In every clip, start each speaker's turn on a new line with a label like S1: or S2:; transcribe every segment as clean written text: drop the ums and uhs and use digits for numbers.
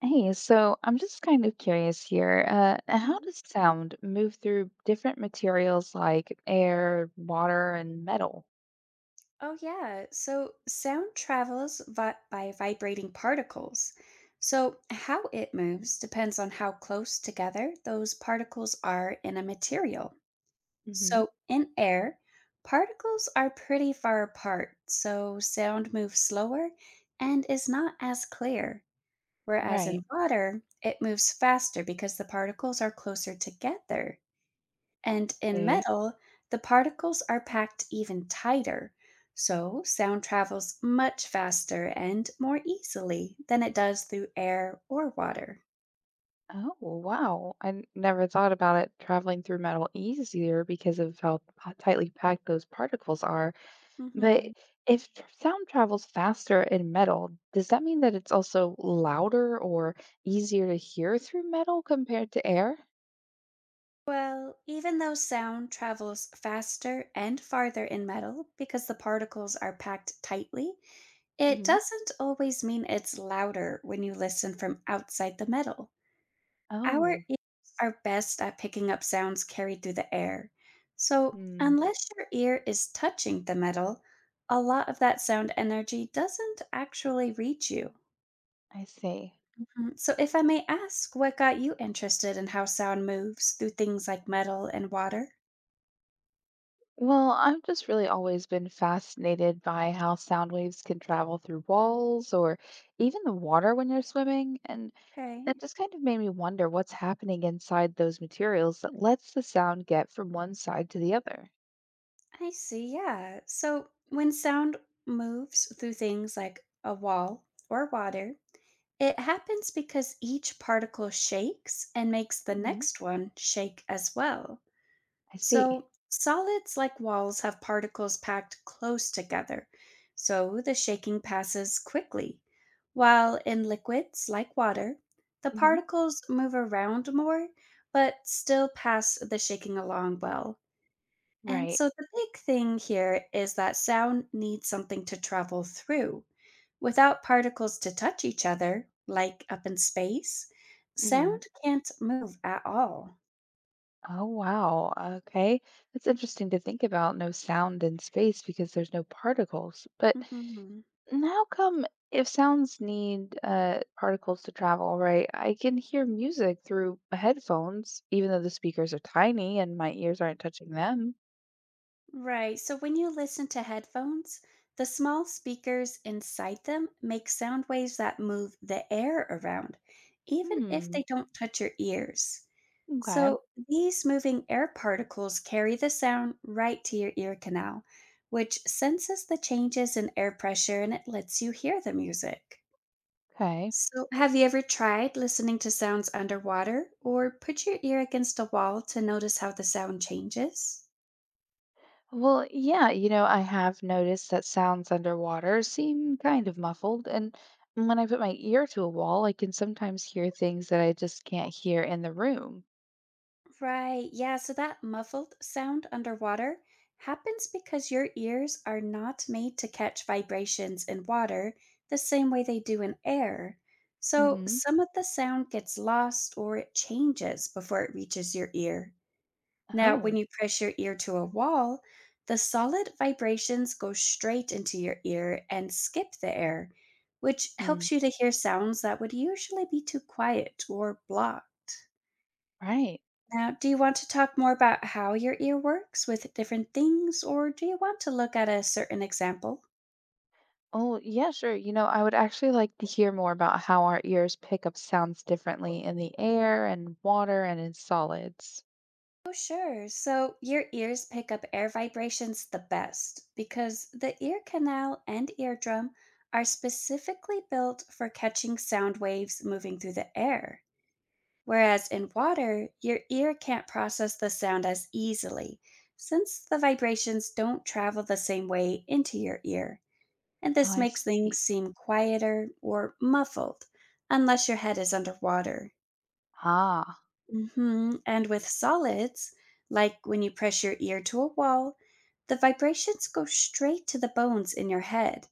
S1: Hey, so I'm just kind of curious here. How
S2: Mhm.
S1: does sound move through different materials like air, water, and metal?
S2: Oh, yeah. So sound travels by vibrating particles. So, how it moves depends on how close together those particles are in a material.
S1: Hmm.
S2: So, in air, particles are pretty far apart, so sound moves slower and is not as clear. Whereas in
S1: Right.
S2: water, it moves faster because the particles are closer together. And in
S1: Okay.
S2: metal, the particles are packed even tighter, so sound travels much faster and more easily than it does through air or water.
S1: Oh, wow. Never thought about it traveling through metal easier because of tightly packed those particles are. But
S2: Mhm.
S1: if tr- sound travels faster in metal, does that mean that it's also louder or easier to hear through metal compared to air?
S2: Well, even though sound travels faster and farther in metal because the particles are packed tightly, it
S1: Hmm.
S2: doesn't always mean it's louder when you listen from outside the metal. Our
S1: Oh.
S2: ears are best at picking up sounds carried through the air. So,
S1: hmm,
S2: unless your ear is touching the metal, a lot of that sound energy doesn't actually reach you.
S1: I see.
S2: Mhm. So, if I may ask, what got you interested in how sound moves through things like metal and water?
S1: Well, I've just really always been fascinated by how sound waves can travel through walls or even the water when you're swimming, and
S2: Okay,
S1: that just kind of made me wonder what's happening inside those materials that lets the sound get from one side to the other.
S2: I see, yeah. So, when sound moves through things like a wall or water, it happens because each particle shakes and makes the
S1: Hmm.
S2: next one shake as well.
S1: I see.
S2: So, solids like walls have particles packed close together, so the shaking passes quickly. While in liquids like water, the
S1: Hmm.
S2: particles move around more, but still pass the shaking along well. And
S1: Right.
S2: so, the big thing here is that sound needs something to travel through. Without particles to touch each other, like up in space,
S1: Hmm.
S2: sound can't move at all.
S1: Oh, wow. Okay. That's interesting to think about. No sound in space because there's no particles. But
S2: Mhm.
S1: And how come if sounds need particles to travel, right? I can hear music through my headphones, even though the speakers are tiny and my ears aren't touching them.
S2: Right. So when you listen to headphones, the small speakers inside them make sound waves that move the air around, even if they
S1: Hmm.
S2: don't touch your ears.
S1: Okay.
S2: So these moving air particles carry the sound right to your ear canal, which senses the changes in air pressure and it lets you hear the music.
S1: Okay.
S2: So, have you ever tried listening to sounds underwater or put your ear against a wall to notice how the sound changes?
S1: Well, yeah, I have noticed that sounds underwater seem kind of muffled, and when I put my ear to a wall, I can sometimes hear things that I just can't hear in the room.
S2: Right. Yeah. So that muffled sound underwater happens because your ears are not made to catch vibrations in water the same way they do in air. So
S1: Mm-hmm.
S2: some of the sound gets lost or it changes before it reaches your ear. Now, when
S1: Oh.
S2: you press your ear to a wall, the solid vibrations go straight into your ear and skip the air, which
S1: Hmm.
S2: helps you to hear sounds that would usually be too quiet or blocked.
S1: Right.
S2: Now, do you want to talk more about how your ear works with different things, or do you want to look at a certain example?
S1: Oh, yeah, sure. I would actually like to hear more about how our ears pick up sounds differently in the air and water and in solids.
S2: Oh, sure. So, your ears pick up air vibrations the best because the ear canal and eardrum are specifically built for catching sound waves moving through the air. Whereas in water, your ear can't process the sound as easily since the vibrations don't travel the same way into your ear. And
S1: Oh,
S2: this
S1: I
S2: makes things
S1: see.
S2: seem quieter or muffled unless your head is underwater.
S1: Ah.
S2: Hmm. And with solids, like when you press your ear to a wall, the vibrations go straight to the bones in your head,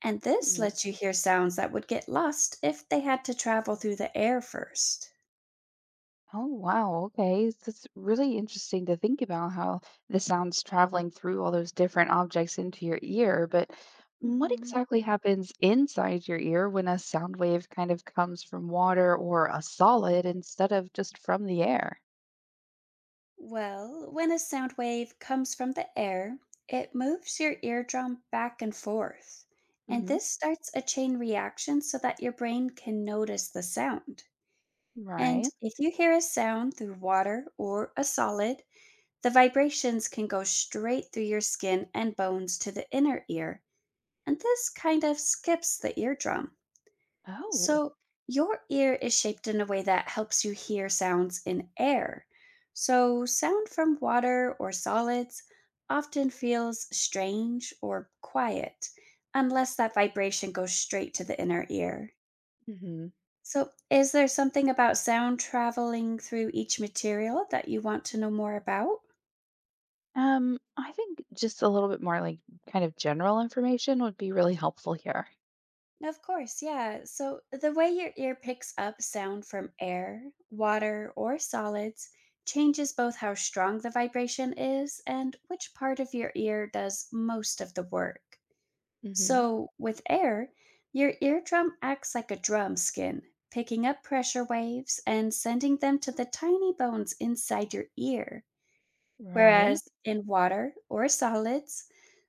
S2: and this
S1: Hmm.
S2: lets you hear sounds that would get lost if they had to travel through the air 1st.
S1: Oh, wow. Okay. That's really interesting to think about how the sounds traveling through all those different objects into your ear. But what
S2: Hmm.
S1: exactly happens inside your ear when a sound wave kind of comes from water or a solid instead of just from the air?
S2: Well, when a sound wave comes from the air, it moves your eardrum back and forth. And
S1: Hmm.
S2: this starts a chain reaction so that your brain can notice the sound. And
S1: Right.
S2: if you hear a sound through water or a solid, the vibrations can go straight through your skin and bones to the inner ear. And this kind of skips the eardrum.
S1: Oh.
S2: So, your ear is shaped in a way that helps you hear sounds in air. So, sound from water or solids often feels strange or quiet, unless that vibration goes straight to the inner ear. So, is there something about sound traveling through each material that you want to know more about?
S1: I think just a little bit more like kind of general information would be really helpful here.
S2: Of course, yeah. So the way your ear picks up sound from air, water, or solids changes both how strong the vibration is and which part of your ear does most of the work.
S1: Hmm.
S2: So with air, your eardrum acts like a drum skin, picking up pressure waves and sending them to the tiny bones inside your ear.
S1: Right.
S2: Whereas in water or solids,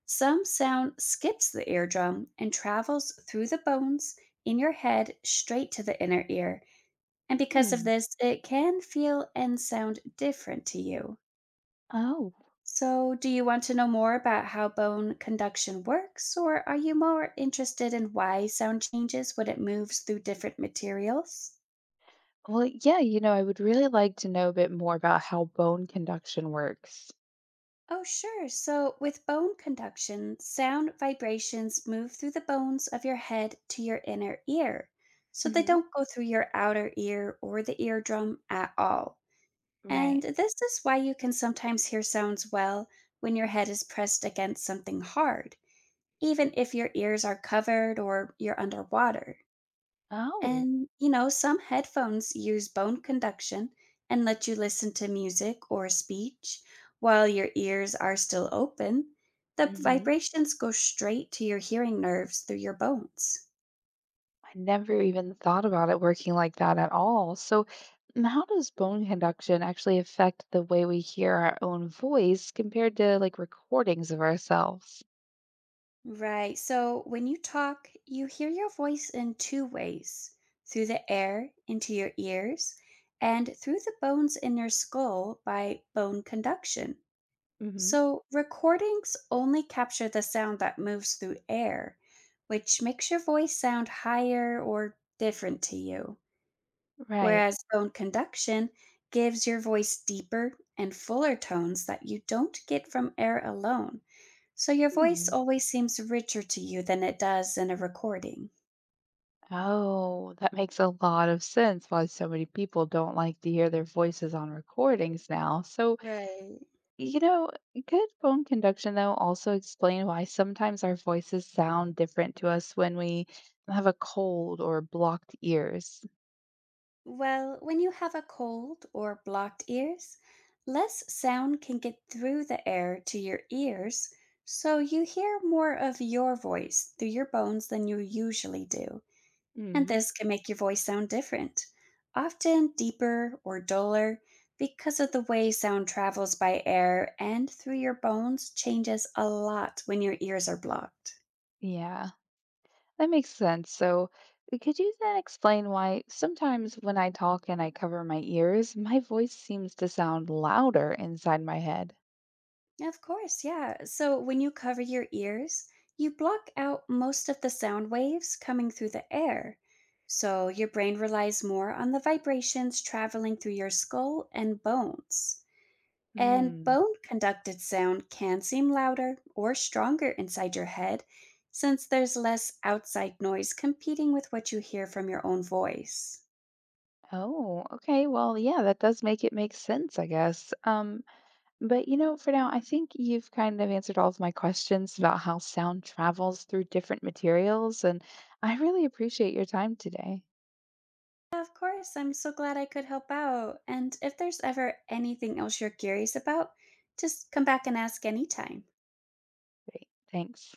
S2: some sound skips the eardrum and travels through the bones in your head straight to the inner ear. And because of
S1: Hmm.
S2: this, it can feel and sound different to you.
S1: Oh,
S2: So, do you want to know more about how bone conduction works, or are you more interested in why sound changes when it moves through different materials?
S1: well, yeah, I would really like to know a bit more about how bone conduction works.
S2: Oh, sure. So, with bone conduction, sound vibrations move through the bones of your head to your inner ear. So, they
S1: Hmm.
S2: don't go through your outer ear or the eardrum at all. And
S1: Right.
S2: this is why you can sometimes hear sounds well when your head is pressed against something hard, even if your ears are covered or you're underwater.
S1: Oh,
S2: And, you know, some headphones use bone conduction and let you listen to music or speech while your ears are still open. The
S1: hmm
S2: vibrations go straight to your hearing nerves through your bones.
S1: I never even thought about it working like that at all. So, how does bone conduction actually affect the way we hear our own voice compared to like recordings of ourselves?
S2: Right, so when you talk, you hear your voice in two ways through the air into your ears and through the bones in your skull by bone conduction.
S1: Hmm.
S2: So, recordings only capture the sound that moves through air, which makes your voice sound higher or different to you,
S1: Right.
S2: whereas bone conduction gives your voice deeper and fuller tones that you don't get from air alone. So, your voice
S1: Hmm.
S2: always seems richer to you than it does in a recording.
S1: Oh, that makes a lot of sense why so many people don't like to hear their voices on recordings now. So,
S2: Right.
S1: you know, good bone conduction, though, also explain why sometimes our voices sound different to us when we have a cold or blocked ears.
S2: Well, when you have a cold or blocked ears, less sound can get through the air to your ears, so you hear more of your voice through your bones than you usually do. And
S1: Mm.
S2: this can make your voice sound different, often deeper or duller, because of the way sound travels by air and through your bones changes a lot when your ears are blocked.
S1: Yeah, that makes sense. So, could you then explain why sometimes when I talk and I cover my ears, my voice seems to sound louder inside my head?
S2: Yeah, of course, yeah. So when you cover your ears, you block out most of the sound waves coming through the air. So your brain relies more on the vibrations traveling through your skull and bones. And bone conducted sound can seem louder or stronger inside your head since there's less outside noise competing with what you hear from your own voice.
S1: Oh, okay. Well, yeah, that does make it make sense, I guess. But for now, I think you've kind of answered all of my questions about how sound travels through different materials, and I really appreciate your time today.
S2: Yeah, of course. I'm so glad I could help out. And if there's ever anything else you're curious about, just come back and ask anytime.
S1: Great. Thanks.